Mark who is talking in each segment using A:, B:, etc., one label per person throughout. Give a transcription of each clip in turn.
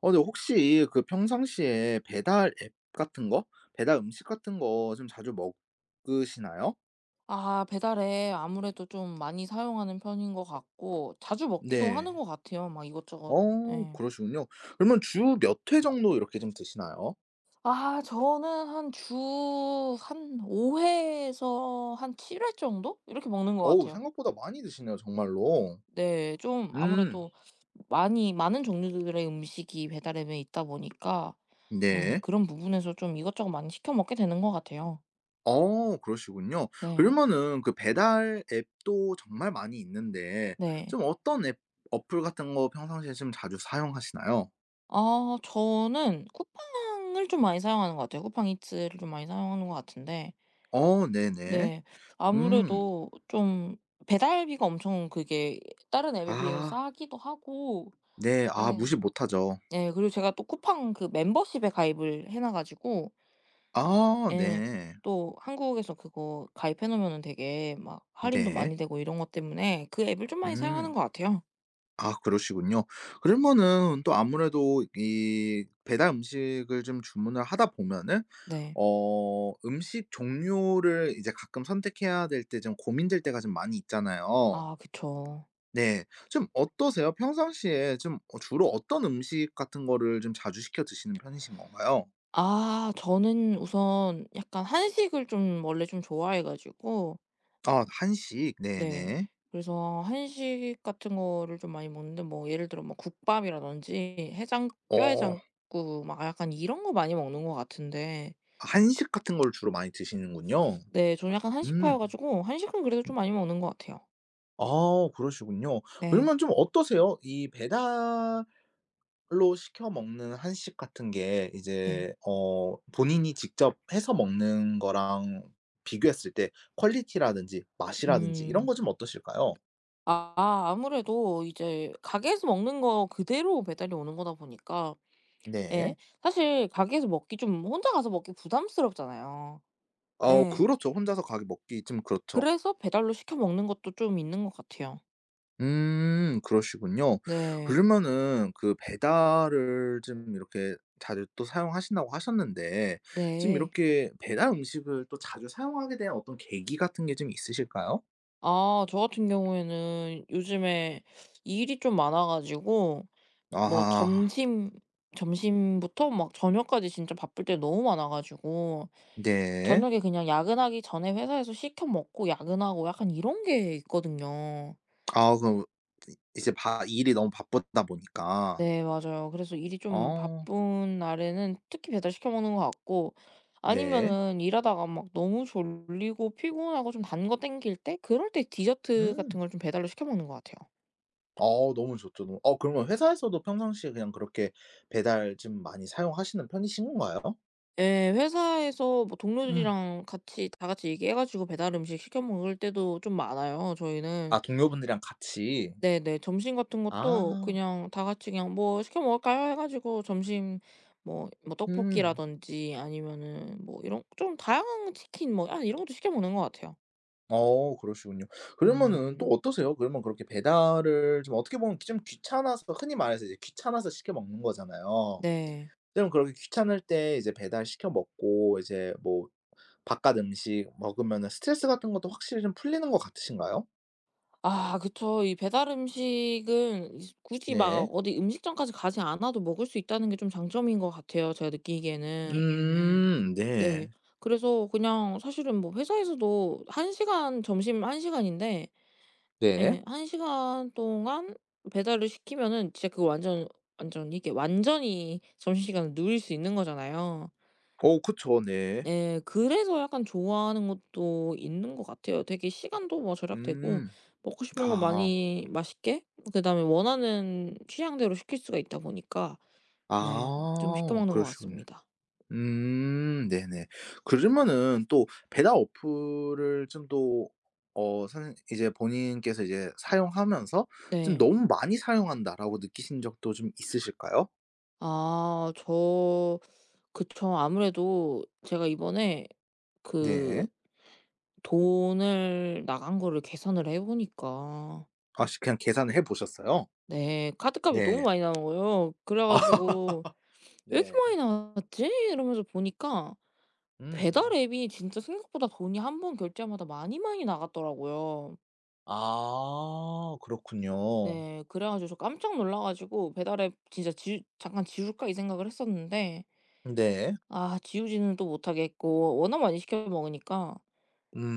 A: 근데 혹시 그 평상시에 배달 앱 같은 거? 배달 음식 같은 거 좀 자주 먹으시나요?
B: 아 배달에 아무래도 좀 많이 사용하는 편인 것 같고 자주 먹기도
A: 네.
B: 하는 것 같아요. 막 이것저것 예.
A: 그러시군요. 그러면 주 몇 회 정도 이렇게 좀 드시나요?
B: 아 저는 한 주 한 5 회에서 한 7 회 정도 이렇게 먹는 것
A: 어우
B: 같아요.
A: 생각보다 많이 드시네요 정말로.
B: 네. 좀
A: 음
B: 아무래도 많이 많은 종류들의 음식이 배달 앱에 있다 보니까 예
A: 네.
B: 그런 부분에서 좀 이것저것 많이 시켜 먹게 되는 것 같아요.
A: 그러시군요.
B: 네.
A: 그러면은 그 배달 앱도 정말 많이 있는데
B: 네.
A: 좀 어떤 앱 어플 같은 거 평상시에 좀 자주 사용하시나요?
B: 아 저는 쿠팡을 좀 많이 사용하는 것 같아요. 쿠팡 이츠를 좀 많이 사용하는 것 같은데
A: 어 네네.
B: 네.
A: 음.
B: 아무래도 좀 배달비가 엄청 그게 다른 앱에 비해서
A: 아
B: 싸기도 하고
A: 네. 아
B: 예.
A: 무시 못하죠.
B: 예 그리고 제가 또 쿠팡 그 멤버십에 가입을 해놔 가지고
A: 아
B: 예
A: 네.
B: 또 한국에서 그거 가입해 놓으면은 되게 막 할인도
A: 네.
B: 많이 되고 이런 것 때문에 그 앱을 좀 많이
A: 음.
B: 사용하는 것 같아요.
A: 아 그러시군요. 그러면은 또 아무래도 이 배달 음식을 좀 주문을 하다 보면은
B: 네.
A: 음식 종류를 이제 가끔 선택해야 될 때 좀 고민될 때가 좀 많이 있잖아요.
B: 아 그쵸.
A: 네. 좀 어떠세요? 평상시에 좀 주로 어떤 음식 같은 거를 좀 자주 시켜 드시는 편이신 건가요?
B: 아 저는 우선 약간 한식을 좀 원래 좀 좋아해 가지고
A: 아 한식.
B: 네.
A: 네네.
B: 그래서 한식 같은 거를 좀 많이 먹는데 뭐 예를 들어 뭐 국밥이라든지 해장
A: 어
B: 뼈해장국 막 약간 이런 거 많이 먹는 것 같은데
A: 한식 같은 걸 주로 많이 드시는군요.
B: 네 저는 약간
A: 음.
B: 한식파여 가지고 한식은 그래도 좀 많이 먹는 것 같아요.
A: 아 그러시군요.
B: 네.
A: 그러면 좀 어떠세요? 이 배달로 시켜 먹는 한식 같은 게
B: 네.
A: 이제 본인이 직접 해서 먹는 거랑 비교했을 때 퀄리티라든지 맛이라든지 이런
B: 음.
A: 거 좀 어떠실까요?
B: 아무래도 이제 가게에서 먹는 거 그대로 배달이 오는 거다 보니까
A: 네.
B: 예 사실 가게에서 먹기 좀 혼자 가서 먹기 부담스럽잖아요.
A: 어
B: 예.
A: 그렇죠. 혼자서 가게 먹기 좀 그렇죠.
B: 그래서 배달로 시켜 먹는 것도 좀 있는 것 같아요.
A: 그러시군요.
B: 네.
A: 그러면은 그 배달을 좀 이렇게 자주 또 사용하신다고 하셨는데 지금
B: 네.
A: 이렇게 배달 음식을 또 자주 사용하게 된 어떤 계기 같은 게 좀 있으실까요?
B: 아 저 같은 경우에는 요즘에 일이 좀 많아 가지고 뭐
A: 아
B: 점심부터 막 저녁까지 진짜 바쁠 때 너무 많아 가지고
A: 네.
B: 저녁에 그냥 야근하기 전에 회사에서 시켜 먹고 야근하고 약간 이런 게 있거든요.
A: 아 그럼 이제 바 일이 너무 바쁘다 보니까.
B: 네 맞아요. 그래서 일이 좀
A: 어
B: 바쁜 날에는 특히 배달시켜 먹는 것 같고
A: 네.
B: 아니면은 일하다가 막 너무 졸리고 피곤하고 좀 단거 땡길 때 그럴 때 디저트
A: 음.
B: 같은 걸 좀 배달로 시켜 먹는 것 같아요.
A: 어 너무 좋죠. 너무 어 그러면 회사에서도 평상시에 그냥 그렇게 배달 좀 많이 사용하시는 편이신 건가요?
B: 예. 회사에서 뭐
A: 음.
B: 동료들이랑 같이 다 같이 얘기해 가지고 배달 음식 시켜 먹을 때도 좀 많아요 저희는.
A: 아 동료분들이랑 같이.
B: 네네. 점심 같은 것도
A: 아.
B: 그냥 다 같이 그냥 "뭐 시켜 먹을까요?" 해 가지고 점심 뭐 뭐
A: 음.
B: 떡볶이라든지 아니면은 뭐 이런 좀 다양한 치킨 뭐 아 이런 것도 시켜 먹는 것 같아요.
A: 어 그러시군요. 그러면은 또
B: 음.
A: 어떠세요? 그러면 그렇게 배달을 좀 어떻게 보면 좀 귀찮아서 흔히 말해서 이제 귀찮아서 시켜 먹는 거잖아요.
B: 네.
A: 그럼 그렇게 귀찮을 때 이제 배달 시켜 먹고 이제 뭐 바깥 음식 먹으면은 스트레스 같은 것도 확실히 좀 풀리는 것 같으신가요?
B: 아 그쵸. 이 배달 음식은 이 굳이 막
A: 네.
B: 어디 음식점까지 가지 않아도 먹을 수 있다는 게 좀 장점인 것 같아요 제가 느끼기에는. 네.
A: 네.
B: 그래서 그냥 사실은 뭐 회사에서도 한 시간 점심 한 시간인데
A: 네.
B: 예 한 시간 동안 배달을 시키면은 진짜 그거 완전 완전 이게 완전히 점심시간을 누릴 수 있는 거잖아요.
A: 어 그쵸. 네.
B: 예. 그래서 약간 좋아하는 것도 있는 것 같아요. 되게 시간도 뭐 절약되고
A: 음.
B: 먹고 싶은 거
A: 아.
B: 많이 맛있게 그다음에 원하는 취향대로 시킬 수가 있다 보니까 네 좀
A: 아
B: 시켜 먹는 것
A: 그러시군요.
B: 같습니다.
A: 네네. 그러면은 또 배달 어플을 좀 또 어 선 이제 본인께서 이제 사용하면서 좀
B: 네.
A: '너무 많이 사용한다.'라고 느끼신 적도 좀 있으실까요?
B: 아저 그쵸. 아무래도 제가 이번에 그
A: 네.
B: 돈을 나간 거를 계산을 해 보니까
A: 아시 그냥 계산을 해 보셨어요?
B: 네 카드값이 너무
A: 네.
B: 많이 나온 거예요. 그래
A: 아
B: 가지고 '왜 이렇게
A: 네.
B: 많이 나왔지?' 이러면서 보니까 배달
A: 음.
B: 앱이 진짜 생각보다 돈이 한 번 결제하마다 많이 많이 나갔더라고요.
A: 아 그렇군요.
B: 네. 그래 가지고 저 깜짝 놀라 가지고 배달 앱 진짜 지 '잠깐 지울까.' 이 생각을 했었는데
A: 네.
B: 아 지우지는 또 못하겠고 워낙 많이 시켜 먹으니까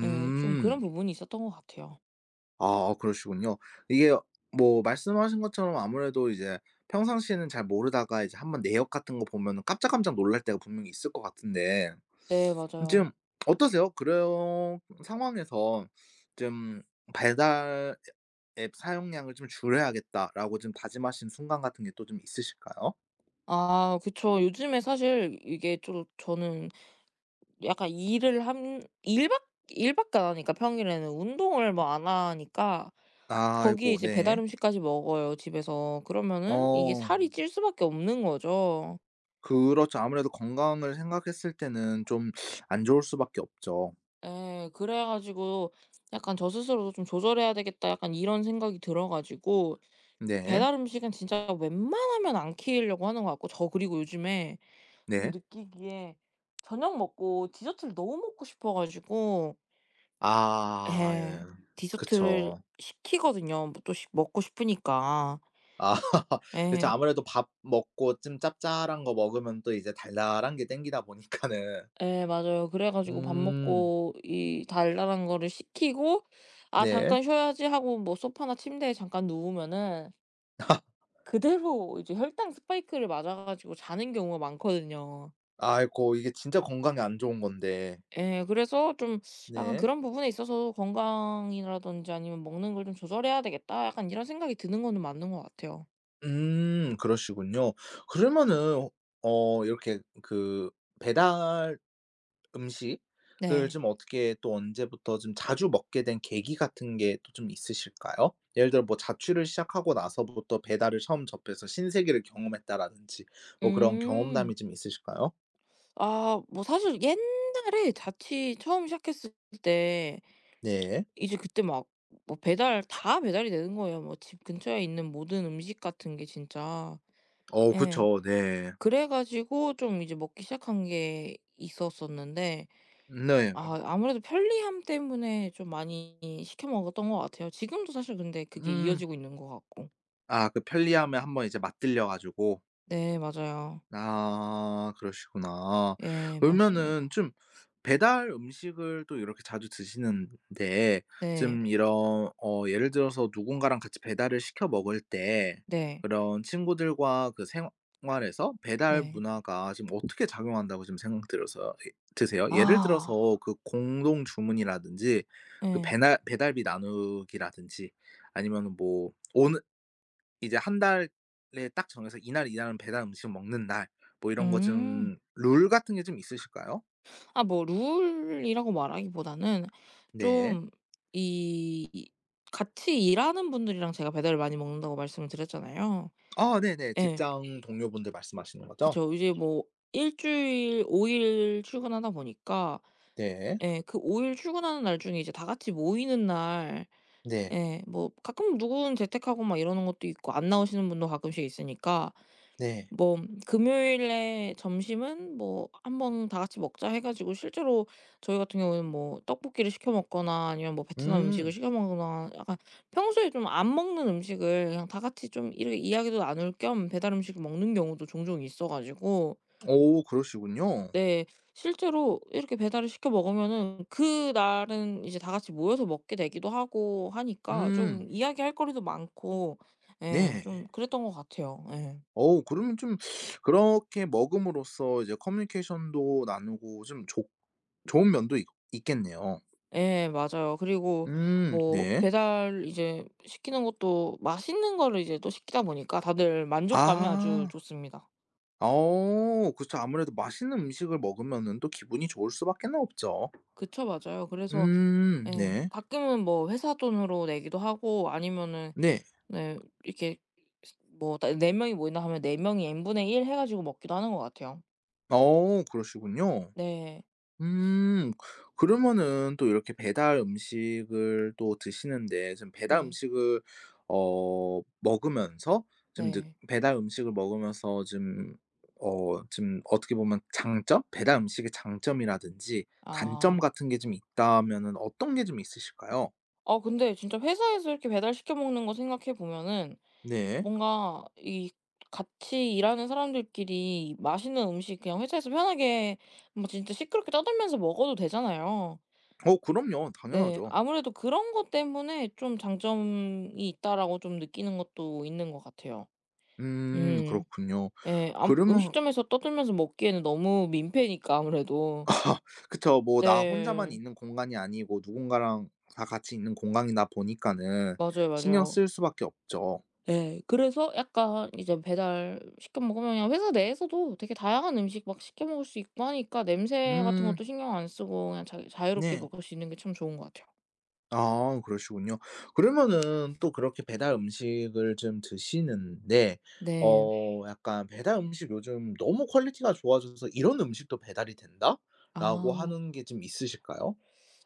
B: 네 좀 그런 부분이 있었던 것 같아요.
A: 아 그러시군요. 이게 뭐 말씀하신 것처럼 아무래도 이제 평상시에는 잘 모르다가 이제 한번 내역 같은 거 보면은 깜짝깜짝 놀랄 때가 분명히 있을 것 같은데
B: 네 맞아요.
A: 지금 어떠세요? 그런 상황에서 좀 '배달 앱 사용량을 좀 줄여야겠다.'라고 좀 다짐하신 순간 같은 게 또 좀 있으실까요?
B: 아 그쵸. 요즘에 사실 이게 좀 저는 약간 일을 한 일밖 일밖에 안 하니까 평일에는 운동을 뭐 안 하니까 거기에
A: 아이고
B: 이제 배달
A: 네.
B: 음식까지 먹어요 집에서. 그러면은 이게
A: 어
B: 살이 찔 수밖에 없는 거죠.
A: 그렇죠. 아무래도 건강을 생각했을 때는 좀 안 좋을 수밖에 없죠.
B: 예. 그래 가지고 약간 '저 스스로도 좀 조절해야 되겠다.' 약간 이런 생각이 들어 가지고
A: 네.
B: 배달 음식은 진짜 웬만하면 안 키우려고 하는 것 같고 저 그리고 요즘에 좀
A: 네.
B: 느끼기에 저녁 먹고 디저트를 너무 먹고 싶어 가지고
A: 아 예.
B: 예. 디저트를
A: 그쵸.
B: 시키거든요, 뭐 또 시 먹고 싶으니까.
A: 아 그쵸.
B: 예.
A: 아무래도 밥 먹고 좀 짭짤한 거 먹으면 또 이제 달달한 게 땡기다 보니까는
B: 예 맞아요. 그래 가지고 밥
A: 음
B: 먹고 이 달달한 거를 시키고 '아
A: 네.
B: 잠깐 쉬어야지.' 하고 뭐 소파나 침대에 잠깐 누우면은 그대로 이제 혈당 스파이크를 맞아 가지고 자는 경우가 많거든요.
A: 아이고 이게 진짜 건강에 안 좋은 건데.
B: 예. 그래서 좀 약간
A: 네.
B: 그런 부분에 있어서 '건강이라든지 아니면 먹는 걸 좀 조절해야 되겠다.' 약간 이런 생각이 드는 거는 맞는 것 같아요.
A: 그러시군요. 그러면은 어 이렇게 그 배달 음식을
B: 네.
A: 좀 어떻게 또 언제부터 좀 자주 먹게 된 계기 같은 게 또 좀 있으실까요? 예를 들어 뭐 자취를 시작하고 나서부터 배달을 처음 접해서 신세계를 경험했다라든지 뭐 그런
B: 음.
A: 경험담이 좀 있으실까요?
B: 아 뭐 사실 옛날에 자취 처음 시작했을 때
A: 네.
B: 이제 그때 막 뭐 배달 다 배달이 되는 거예요. 뭐 집 근처에 있는 모든 음식 같은 게 진짜.
A: 어
B: 예.
A: 그쵸. 네.
B: 그래 가지고 좀 이제 먹기 시작한 게 있었었는데
A: 네.
B: 아 아무래도 편리함 때문에 좀 많이 시켜 먹었던 것 같아요. 지금도 사실 근데 그게
A: 음.
B: 이어지고 있는 것 같고.
A: 아 그 편리함에 한번 이제 맛들려 가지고
B: 네 맞아요.
A: 아 그러시구나.
B: 예 맞습니다.
A: 그러면은 좀 배달 음식을 또 이렇게 자주 드시는데
B: 네.
A: 좀 이런 예를 들어서 누군가랑 같이 배달을 시켜 먹을 때
B: 네.
A: 그런 친구들과 그 생활에서 배달
B: 네.
A: 문화가 지금 어떻게 작용한다고 지금 생각 들어서 드세요? 예를
B: 아
A: 들어서 그 공동 주문이라든지 그
B: 예.
A: 배달비 나누기라든지 아니면뭐오늘 이제 한 달에 딱 정해서 이날 이날은 배달 음식 먹는 날 뭐 이런 거
B: 음.
A: 좀 룰 같은 게 좀 있으실까요?
B: 아 뭐 룰이라고 말하기보다는
A: 네.
B: 좀 이 이- 같이 일하는 분들이랑 제가 배달을 많이 먹는다고 말씀을 드렸잖아요.
A: 아 네네.
B: 예.
A: 직장 동료분들 말씀하시는 거죠?
B: 그쵸. 이제 뭐 일 주일 5일 출근하다 보니까
A: 네.
B: 예. 그 5일 출근하는 날 중에 이제 다 같이 모이는 날
A: 네.
B: 예 뭐 가끔 누군 재택하고 막 이러는 것도 있고 안 나오시는 분도 가끔씩 있으니까
A: 네.
B: 뭐 금요일에 점심은 뭐 "한번 다 같이 먹자." 해 가지고 실제로 저희 같은 경우는 뭐 떡볶이를 시켜 먹거나 아니면 뭐 베트남 음식을
A: 음.
B: 시켜 먹거나 약간 평소에 좀 안 먹는 음식을 그냥 다 같이 좀 이렇게 이야기도 나눌 겸 배달 음식을 먹는 경우도 종종 있어 가지고
A: 오 그러시군요.
B: 네. 실제로 이렇게 배달을 시켜 먹으면은 그날은 이제 다 같이 모여서 먹게 되기도 하고 하니까 좀
A: 음.
B: 이야기할 거리도 많고 예
A: 네.
B: 좀 그랬던 것 같아요. 예.
A: 그러면 좀 그렇게 먹음으로써 이제 커뮤니케이션도 나누고 좀 좋 좋은 면도 있 있겠네요.
B: 예 맞아요. 그리고 뭐
A: 네.
B: 배달 이제 시키는 것도 맛있는 거를 이제 또 시키다 보니까 다들 만족감이 아주
A: 아.
B: 좋습니다.
A: 어그죠 아무래도 맛있는 음식을 먹으면은 또 기분이 좋을 수밖에 없죠.
B: 그쵸. 맞아요. 그래서 예
A: 네.
B: 가끔은 뭐 회사 돈으로 내기도 하고 아니면은
A: 네.
B: 네. 이렇게 뭐 다 4 명이 모인다 하면 4 명이 n 분의 1 해 가지고 먹기도 하는 것 같아요.
A: 어 그러시군요.
B: 네.
A: 음 그러면은 또 이렇게 배달 음식을 또 드시는데 지금 배달
B: 네.
A: 음식을 어 먹으면서 지금 느
B: 네.
A: 배달 음식을 먹으면서 지금 어떻게 보면 장점? 배달 음식의 장점이라든지 단점
B: 아.
A: 같은 게 좀 있다면은 어떤 게 좀 있으실까요?
B: 아 근데 진짜 회사에서 이렇게 배달시켜 먹는 거 생각해 보면은
A: 네.
B: 뭔가 이 같이 일하는 사람들끼리 맛있는 음식 그냥 회사에서 편하게 뭐 진짜 시끄럽게 떠들면서 먹어도 되잖아요.
A: 어 그럼요.
B: 네.
A: 당연하죠.
B: 아무래도 그런 것 때문에 좀 '장점이 있다.'라고 좀 느끼는 것도 있는 것 같아요. 음.
A: 그렇군요.
B: 예. 암
A: 그러면
B: 음식점에서 떠들면서 먹기에는 너무 민폐니까 아무래도.
A: 아 그쵸. 뭐 나 혼자만
B: 네.
A: 있는 공간이 아니고 누군가랑 다 같이 있는 공간이다 보니까는
B: 맞아요,
A: 신경
B: 맞아요.
A: 쓸 수밖에 없죠.
B: 네, 그래서 약간 이제 배달 시켜 먹으면 그냥 회사 내에서도 되게 다양한 음식 막 시켜 먹을 수 있고 하니까 냄새 같은
A: 음
B: 것도 신경 안 쓰고 그냥 자 자유롭게
A: 네.
B: 먹을 수 있는 게 참 좋은 것 같아요.
A: 아 그러시군요. 그러면은 또 그렇게 배달 음식을 좀 드시는데 네.
B: 네.
A: 어 약간 '배달 음식 요즘 너무 퀄리티가 좋아져서 이런 음식도 배달이 된다?'라고
B: 아.
A: 하는 게 좀 있으실까요?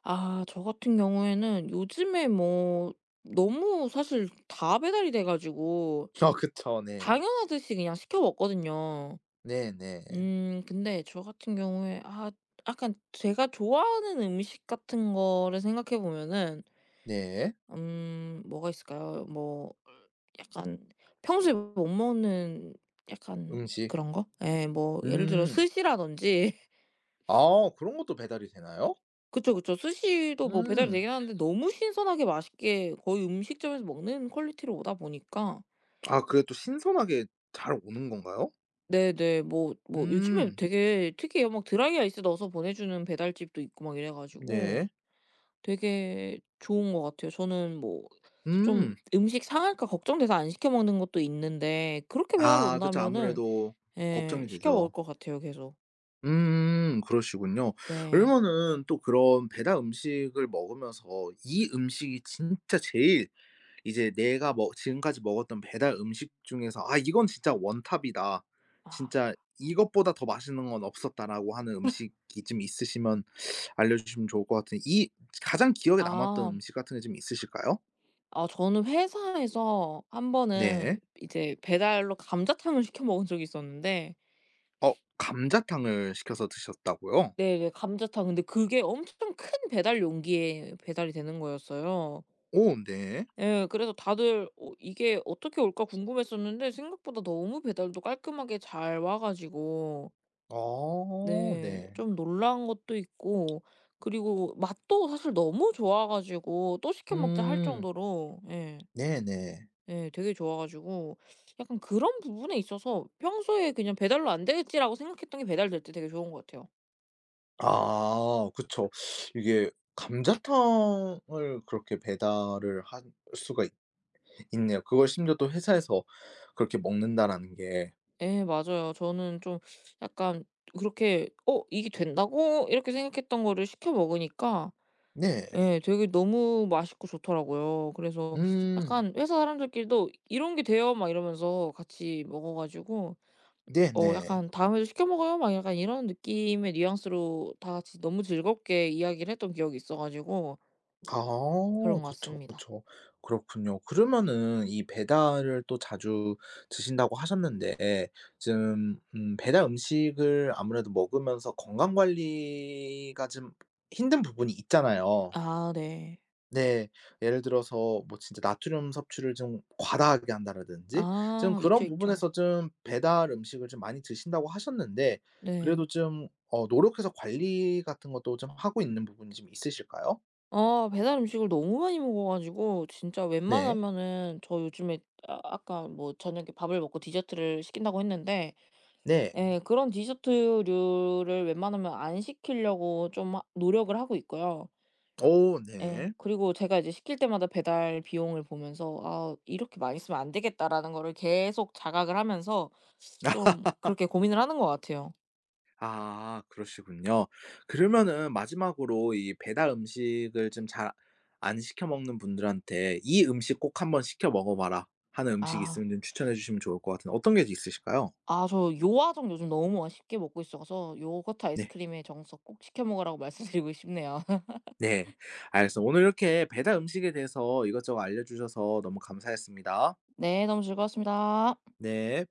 B: 아 저 같은 경우에는 요즘에 뭐 너무 사실 다 배달이 돼 가지고
A: 아 그쵸. 네.
B: 당연하듯이 그냥 시켜 먹거든요.
A: 네네.
B: 근데 저 같은 경우에 아 약간 제가 좋아하는 음식 같은 거를 생각해 보면은
A: 네.
B: 뭐가 있을까요? 뭐 약간 평소에 못 먹는 약간
A: 음식.
B: 그런 거? 예 뭐 예를 들어
A: 음.
B: 스시라든지
A: 아 그런 것도 배달이 되나요?
B: 그쵸, 그쵸. 스시도 뭐
A: 음.
B: 배달이
A: 음.
B: 되긴 하는데 너무 신선하게 맛있게 거의 음식점에서 먹는 퀄리티로 오다 보니까
A: 아 그래도 신선하게 잘 오는 건가요?
B: 네네. 뭐 뭐 요즘에
A: 음.
B: 되게 특이해요. 막 드라이 아이스 넣어서 보내주는 배달집도 있고 막 이래 가지고
A: 네.
B: 되게 좋은 것 같아요. 저는 뭐 좀
A: 음.
B: 음식 상할까 걱정돼서 안 시켜 먹는 것도 있는데 그렇게 배달
A: 아 그쵸.
B: 온다면은
A: 아무래도
B: 예
A: 걱정이
B: 시켜 먹을
A: 되죠.
B: 것 같아요 계속.
A: 그러시군요.
B: 네.
A: 그러면은 또 그런 배달 음식을 먹으면서 이 음식이 진짜 제일 이제 내가 먹 지금까지 먹었던 배달 음식 중에서 '아 이건 진짜 원탑이다.
B: 아.
A: 진짜 이것보다 더 맛있는 건 없었다.'라고 하는 음식이 좀 있으시면 알려주시면 좋을 것 같은데 이 가장 기억에 남았던
B: 아.
A: 음식 같은 게 좀 있으실까요?
B: 아 저는 회사에서 한 번은
A: 네.
B: 이제 배달로 감자탕을 시켜 먹은 적이 있었는데
A: 어 감자탕을 시켜서 드셨다고요?
B: 네네 감자탕 근데 그게 엄청 큰 배달 용기에 배달이 되는 거였어요.
A: 오 네.
B: 예. 그래서 다들 어 이게 어떻게 올까 궁금했었는데 생각보다 너무 배달도 깔끔하게 잘 와 가지고
A: 아
B: 네
A: 네.
B: 좀 놀란 것도 있고 그리고 맛도 사실 너무 좋아 가지고 '또 시켜 먹자.' 할
A: 음.
B: 정도로 예.
A: 네네.
B: 예 되게 좋아 가지고 약간 그런 부분에 있어서 평소에 그냥 '배달로 안 되겠지.'라고 생각했던 게 배달될 때 되게 좋은 것 같아요.
A: 아 그쵸. 이게 감자탕을 그렇게 배달을 할 수가 있네요. 그걸 심지어 또 회사에서 그렇게 먹는다라는 게.
B: 예 맞아요. 저는 좀 약간 그렇게 '어 이게 된다고?' 이렇게 생각했던 거를 시켜 먹으니까
A: 네.
B: 예. 되게 너무 맛있고 좋더라고요. 그래서
A: 음.
B: 약간 회사 사람들끼리도 "이런 게 돼요." 막 이러면서 같이 먹어 가지고 어
A: 네네.
B: 약간 "다음에도 시켜 먹어요." 막 약간 이런 느낌의 뉘앙스로 다 같이 너무 즐겁게 이야기를 했던 기억이 있어 가지고
A: 아
B: 그런 것
A: 그쵸,
B: 같습니다.
A: 그쵸. 그렇군요. 그러면은 이 배달을 또 자주 드신다고 하셨는데 지금 배달 음식을 아무래도 먹으면서 건강 관리가 좀 힘든 부분이 있잖아요.
B: 아 네.
A: 네. 예를 들어서 뭐 진짜 나트륨 섭취를 좀 과다하게 한다라든지 좀
B: 아
A: 그런
B: 있죠, 있죠.
A: 부분에서 좀 배달 음식을 좀 많이 드신다고 하셨는데
B: 네.
A: 그래도 좀 노력해서 관리 같은 것도 좀 하고 있는 부분이 좀 있으실까요?
B: 아 배달 음식을 너무 많이 먹어 가지고 진짜
A: 네.
B: 웬만하면은 저 요즘에 아 아까 뭐 저녁에 밥을 먹고 디저트를 시킨다고 했는데
A: 네.
B: 예. 그런 디저트류를 웬만하면 안 시키려고 좀 하 노력을 하고 있고요.
A: 어
B: 예.
A: 네.
B: 그리고 제가 이제 시킬 때마다 배달 비용을 보면서 '아 이렇게 많이 쓰면 안 되겠다.'라는 거를 계속 자각을 하면서 좀 그렇게 고민을 하는 것 같아요.
A: 아 그러시군요. 그러면은 마지막으로 이 배달 음식을 좀 잘 안 시켜 먹는 분들한테 "이 음식 꼭 한번 시켜 먹어 봐라." 하는 음식이
B: 아.
A: 있으면 좀 추천해 주시면 좋을 것 같은데 어떤 게 있으실까요?
B: 아 저 요아정 요즘 너무 맛있게 먹고 있어서 요거트
A: 네.
B: 아이스크림의 정석 꼭 시켜 먹으라고 말씀드리고 싶네요.
A: 네. 알겠습니다. 오늘 이렇게 배달 음식에 대해서 이것저것 알려주셔서 너무 감사했습니다.
B: 네. 너무 즐거웠습니다.
A: 네.